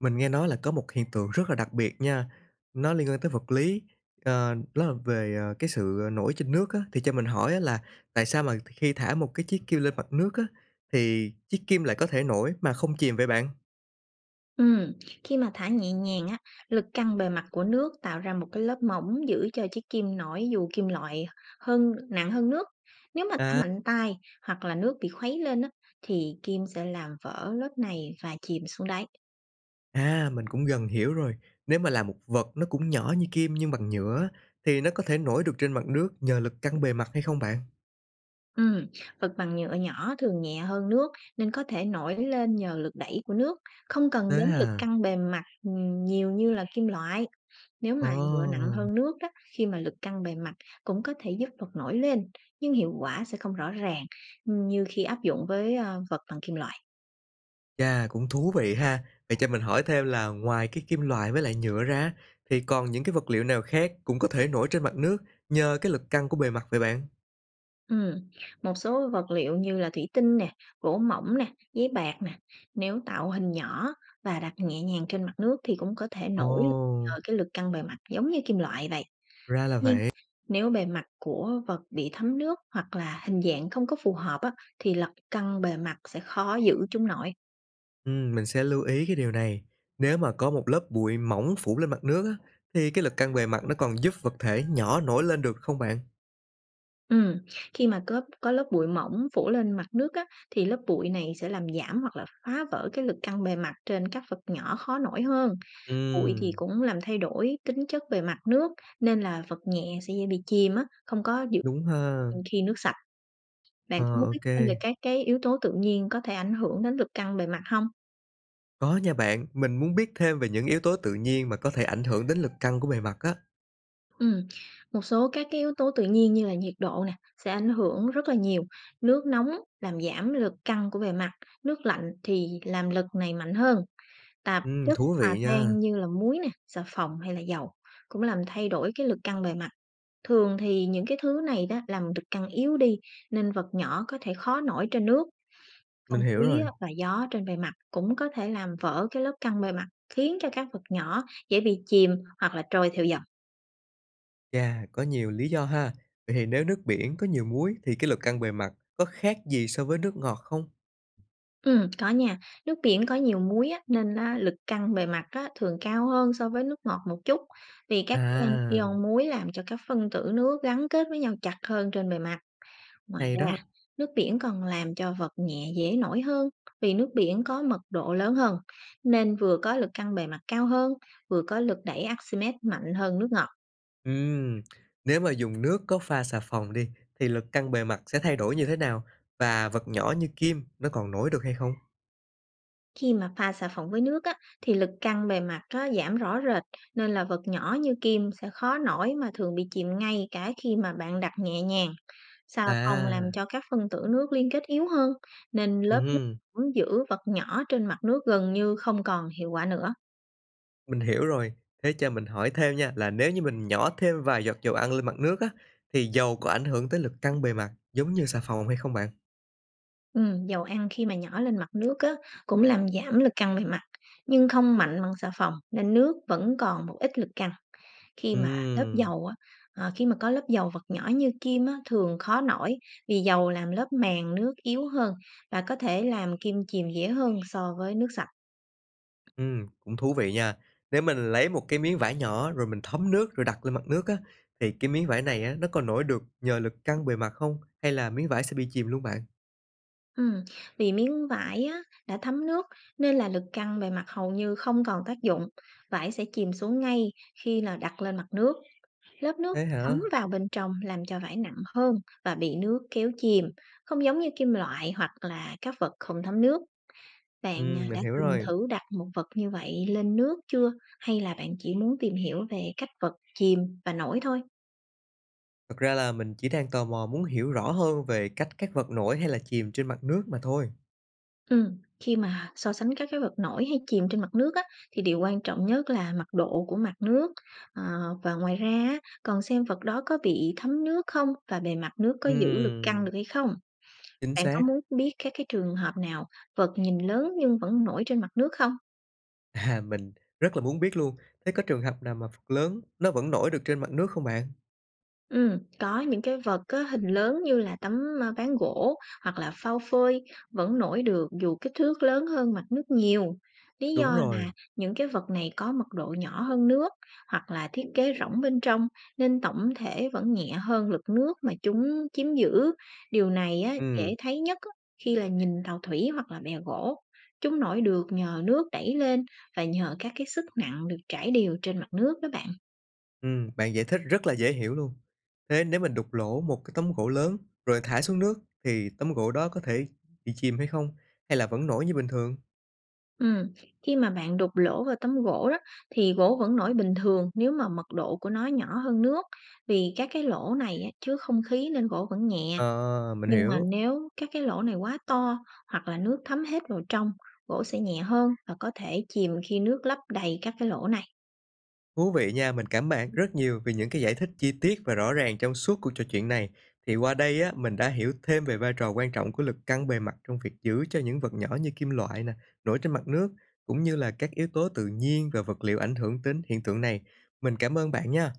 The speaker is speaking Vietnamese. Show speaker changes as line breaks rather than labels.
Mình nghe nói là có một hiện tượng rất là đặc biệt nha, nó liên quan tới vật lý, đó là về, cái sự nổi trên nước á. Thì cho mình hỏi á là tại sao mà khi thả một cái chiếc kim lên mặt nước á, thì chiếc kim lại có thể nổi mà không chìm vậy bạn?
Ừm, Khi mà thả nhẹ nhàng á, lực căng bề mặt của nước tạo ra một cái lớp mỏng giữ cho chiếc kim nổi dù kim loại nặng hơn nước. Nếu mà thả
À,
mạnh tay hoặc là nước bị khuấy lên á, thì kim sẽ làm vỡ lớp này và chìm xuống đáy.
À, mình cũng gần hiểu rồi. Nếu mà là một vật nó cũng nhỏ như kim nhưng bằng nhựa á, thì nó có thể nổi được trên mặt nước nhờ lực căng bề mặt hay không bạn?
Ừm, Vật bằng nhựa nhỏ thường nhẹ hơn nước nên có thể nổi lên nhờ lực đẩy của nước, không cần đến lực
À,
căng bề mặt nhiều như là kim loại. Nếu mà
ồ.
nhựa nặng hơn nước đó, khi mà lực căng bề mặt cũng có thể giúp vật nổi lên, nhưng hiệu quả sẽ không rõ ràng như khi áp dụng với vật bằng kim loại.
Chà, cũng thú vị ha. Vậy cho mình hỏi thêm là ngoài cái kim loại với lại nhựa ra, thì còn những cái vật liệu nào khác cũng có thể nổi trên mặt nước nhờ cái lực căng của bề mặt vậy bạn?
Ừ. Một số vật liệu như là thủy tinh nè, gỗ mỏng nè, giấy bạc nè, nếu tạo hình nhỏ và đặt nhẹ nhàng trên mặt nước thì cũng có thể
Ồ,
nổi lên nhờ cái lực căng bề mặt giống như kim loại vậy.
ra
Tuy
là
nhiên,
vậy.
nếu bề mặt của vật bị thấm nước hoặc là hình dạng không có phù hợp á, thì lực căng bề mặt sẽ khó giữ chúng nổi.
Mình sẽ lưu ý cái điều này. Nếu mà có một lớp bụi mỏng phủ lên mặt nước á, thì cái lực căng bề mặt nó còn giúp vật thể nhỏ nổi lên được không bạn?
Ừm, Khi mà có lớp bụi mỏng phủ lên mặt nước á, thì lớp bụi này sẽ làm giảm hoặc là phá vỡ cái lực căng bề mặt trên các vật nhỏ khó nổi hơn. Bụi thì
Ừm,
cũng làm thay đổi tính chất bề mặt nước, nên là vật nhẹ sẽ dễ bị chìm á, không có dự
đúng ha.
khi nước sạch. Bạn
Ờ,
có muốn biết
ok.
thêm về các cái yếu tố tự nhiên có thể ảnh hưởng đến lực căng bề mặt không?
Có nha bạn, mình muốn biết thêm về những yếu tố tự nhiên mà có thể ảnh hưởng đến lực căng của bề mặt á.
Ừm, Một số các cái yếu tố tự nhiên như là nhiệt độ nè, sẽ ảnh hưởng rất là nhiều. Nước nóng làm giảm lực căng của bề mặt, nước lạnh thì làm lực này mạnh hơn. Tạp chất
Thú
hòa
vị nha.
tan như là muối nè, xà phòng hay là dầu cũng làm thay đổi cái lực căng bề mặt. Thường thì những cái thứ này đó làm lực căng yếu đi nên vật nhỏ có thể khó nổi trên nước,
Mình
không
hiểu
khí
rồi.
á, và gió trên bề mặt cũng có thể làm vỡ cái lớp căng bề mặt khiến cho các vật nhỏ dễ bị chìm hoặc là trôi theo dòng.
Chà, có nhiều lý do ha. Vậy thì nếu nước biển có nhiều muối thì cái lực căng bề mặt có khác gì so với nước ngọt không?
Ừ, có nha, nước biển có nhiều muối á, nên á, lực căng bề mặt á, thường cao hơn so với nước ngọt một chút vì các ion
À,
ion muối làm cho các phân tử nước gắn kết với nhau chặt hơn trên bề mặt. Ngoài
hay
ra,
đó.
nước biển còn làm cho vật nhẹ dễ nổi hơn vì nước biển có mật độ lớn hơn, nên vừa có lực căng bề mặt cao hơn, vừa có lực đẩy Archimedes mạnh hơn nước ngọt.
Ừm, nếu mà dùng nước có pha xà phòng đi thì lực căng bề mặt sẽ thay đổi như thế nào? Và vật nhỏ như kim nó còn nổi được hay không?
Khi mà pha xà phòng với nước á, thì lực căng bề mặt nó giảm rõ rệt nên là vật nhỏ như kim sẽ khó nổi mà thường bị chìm ngay cả khi mà bạn đặt nhẹ nhàng. Xà phòng làm
À,
cho các phân tử nước liên kết yếu hơn nên lớp nước
ừm,
vẫn giữ vật nhỏ trên mặt nước gần như không còn hiệu quả nữa.
mình hiểu rồi. Thế cho mình hỏi thêm nha là nếu như mình nhỏ thêm vài giọt dầu ăn lên mặt nước á thì dầu có ảnh hưởng tới lực căng bề mặt giống như xà phòng hay không bạn?
Dầu ăn khi mà nhỏ lên mặt nước á, cũng làm giảm lực căng về mặt, nhưng không mạnh bằng xà phòng nên nước vẫn còn một ít lực căng. Khi mà lớp
Ừm.
dầu á, Khi mà có lớp dầu vật nhỏ như kim á, thường khó nổi vì dầu làm lớp màng nước yếu hơn và có thể làm kim chìm dễ hơn so với nước sạch.
Cũng thú vị nha. Nếu mình lấy một cái miếng vải nhỏ rồi mình thấm nước rồi đặt lên mặt nước á, thì cái miếng vải này á, nó còn nổi được nhờ lực căng bề mặt không? Hay là miếng vải sẽ bị chìm luôn bạn?
Ừm, Vì miếng vải á, đã thấm nước nên là lực căng bề mặt hầu như không còn tác dụng, vải sẽ chìm xuống ngay khi là đặt lên mặt nước. Lớp nước
Thế
thấm
hả?
vào bên trong làm cho vải nặng hơn và bị nước kéo chìm, không giống như kim loại hoặc là các vật không thấm nước. Bạn à,
Mình
đã
hiểu
từng
rồi.
thử đặt một vật như vậy lên nước chưa? Hay là bạn chỉ muốn tìm hiểu về cách vật chìm và nổi thôi?
Thật ra là mình chỉ đang tò mò muốn hiểu rõ hơn về cách các vật nổi hay là chìm trên mặt nước mà thôi.
Ừ, khi mà so sánh các cái vật nổi hay chìm trên mặt nước á, thì điều quan trọng nhất là mặt độ của mặt nước. À, và ngoài ra á, còn xem vật đó có bị thấm nước không và bề mặt nước có giữ lực căng
Ừm,
được hay không.
chính
Bạn có
xác.
muốn biết các cái trường hợp nào vật nhìn lớn nhưng vẫn nổi trên mặt nước không?
À, mình rất là muốn biết luôn. Thế có trường hợp nào mà vật lớn nó vẫn nổi được trên mặt nước không bạn?
Có những cái vật có hình lớn như là tấm, ván gỗ hoặc là phao phơi vẫn nổi được dù kích thước lớn hơn mặt nước nhiều. Lý
Đúng
do là
rồi.
những cái vật này có mật độ nhỏ hơn nước hoặc là thiết kế rỗng bên trong nên tổng thể vẫn nhẹ hơn lực nước mà chúng chiếm giữ. Điều này á,
Ừm.
dễ thấy nhất á, khi là nhìn tàu thủy hoặc là bè gỗ. Chúng nổi được nhờ nước đẩy lên và nhờ các cái sức nặng được trải đều trên mặt nước đó bạn.
Bạn giải thích rất là dễ hiểu luôn. Thế nếu mình đục lỗ một cái tấm gỗ lớn rồi thả xuống nước thì tấm gỗ đó có thể bị chìm hay không? Hay là vẫn nổi như bình thường?
Ừm, Khi mà bạn đục lỗ vào tấm gỗ đó thì gỗ vẫn nổi bình thường nếu mà mật độ của nó nhỏ hơn nước vì các cái lỗ này á, chứa không khí nên gỗ vẫn nhẹ,
Ờ, mình
nhưng mà
hiểu.
nếu các cái lỗ này quá to hoặc là nước thấm hết vào trong, gỗ sẽ nhẹ hơn và có thể chìm khi nước lấp đầy các cái lỗ này.
Thú vị nha, mình cảm ơn bạn rất nhiều vì những cái giải thích chi tiết và rõ ràng trong suốt cuộc trò chuyện này. Thì qua đây á, mình đã hiểu thêm về vai trò quan trọng của lực căng bề mặt trong việc giữ cho những vật nhỏ như kim loại nè, nổi trên mặt nước, cũng như là các yếu tố tự nhiên và vật liệu ảnh hưởng đến hiện tượng này. Mình cảm ơn bạn nha.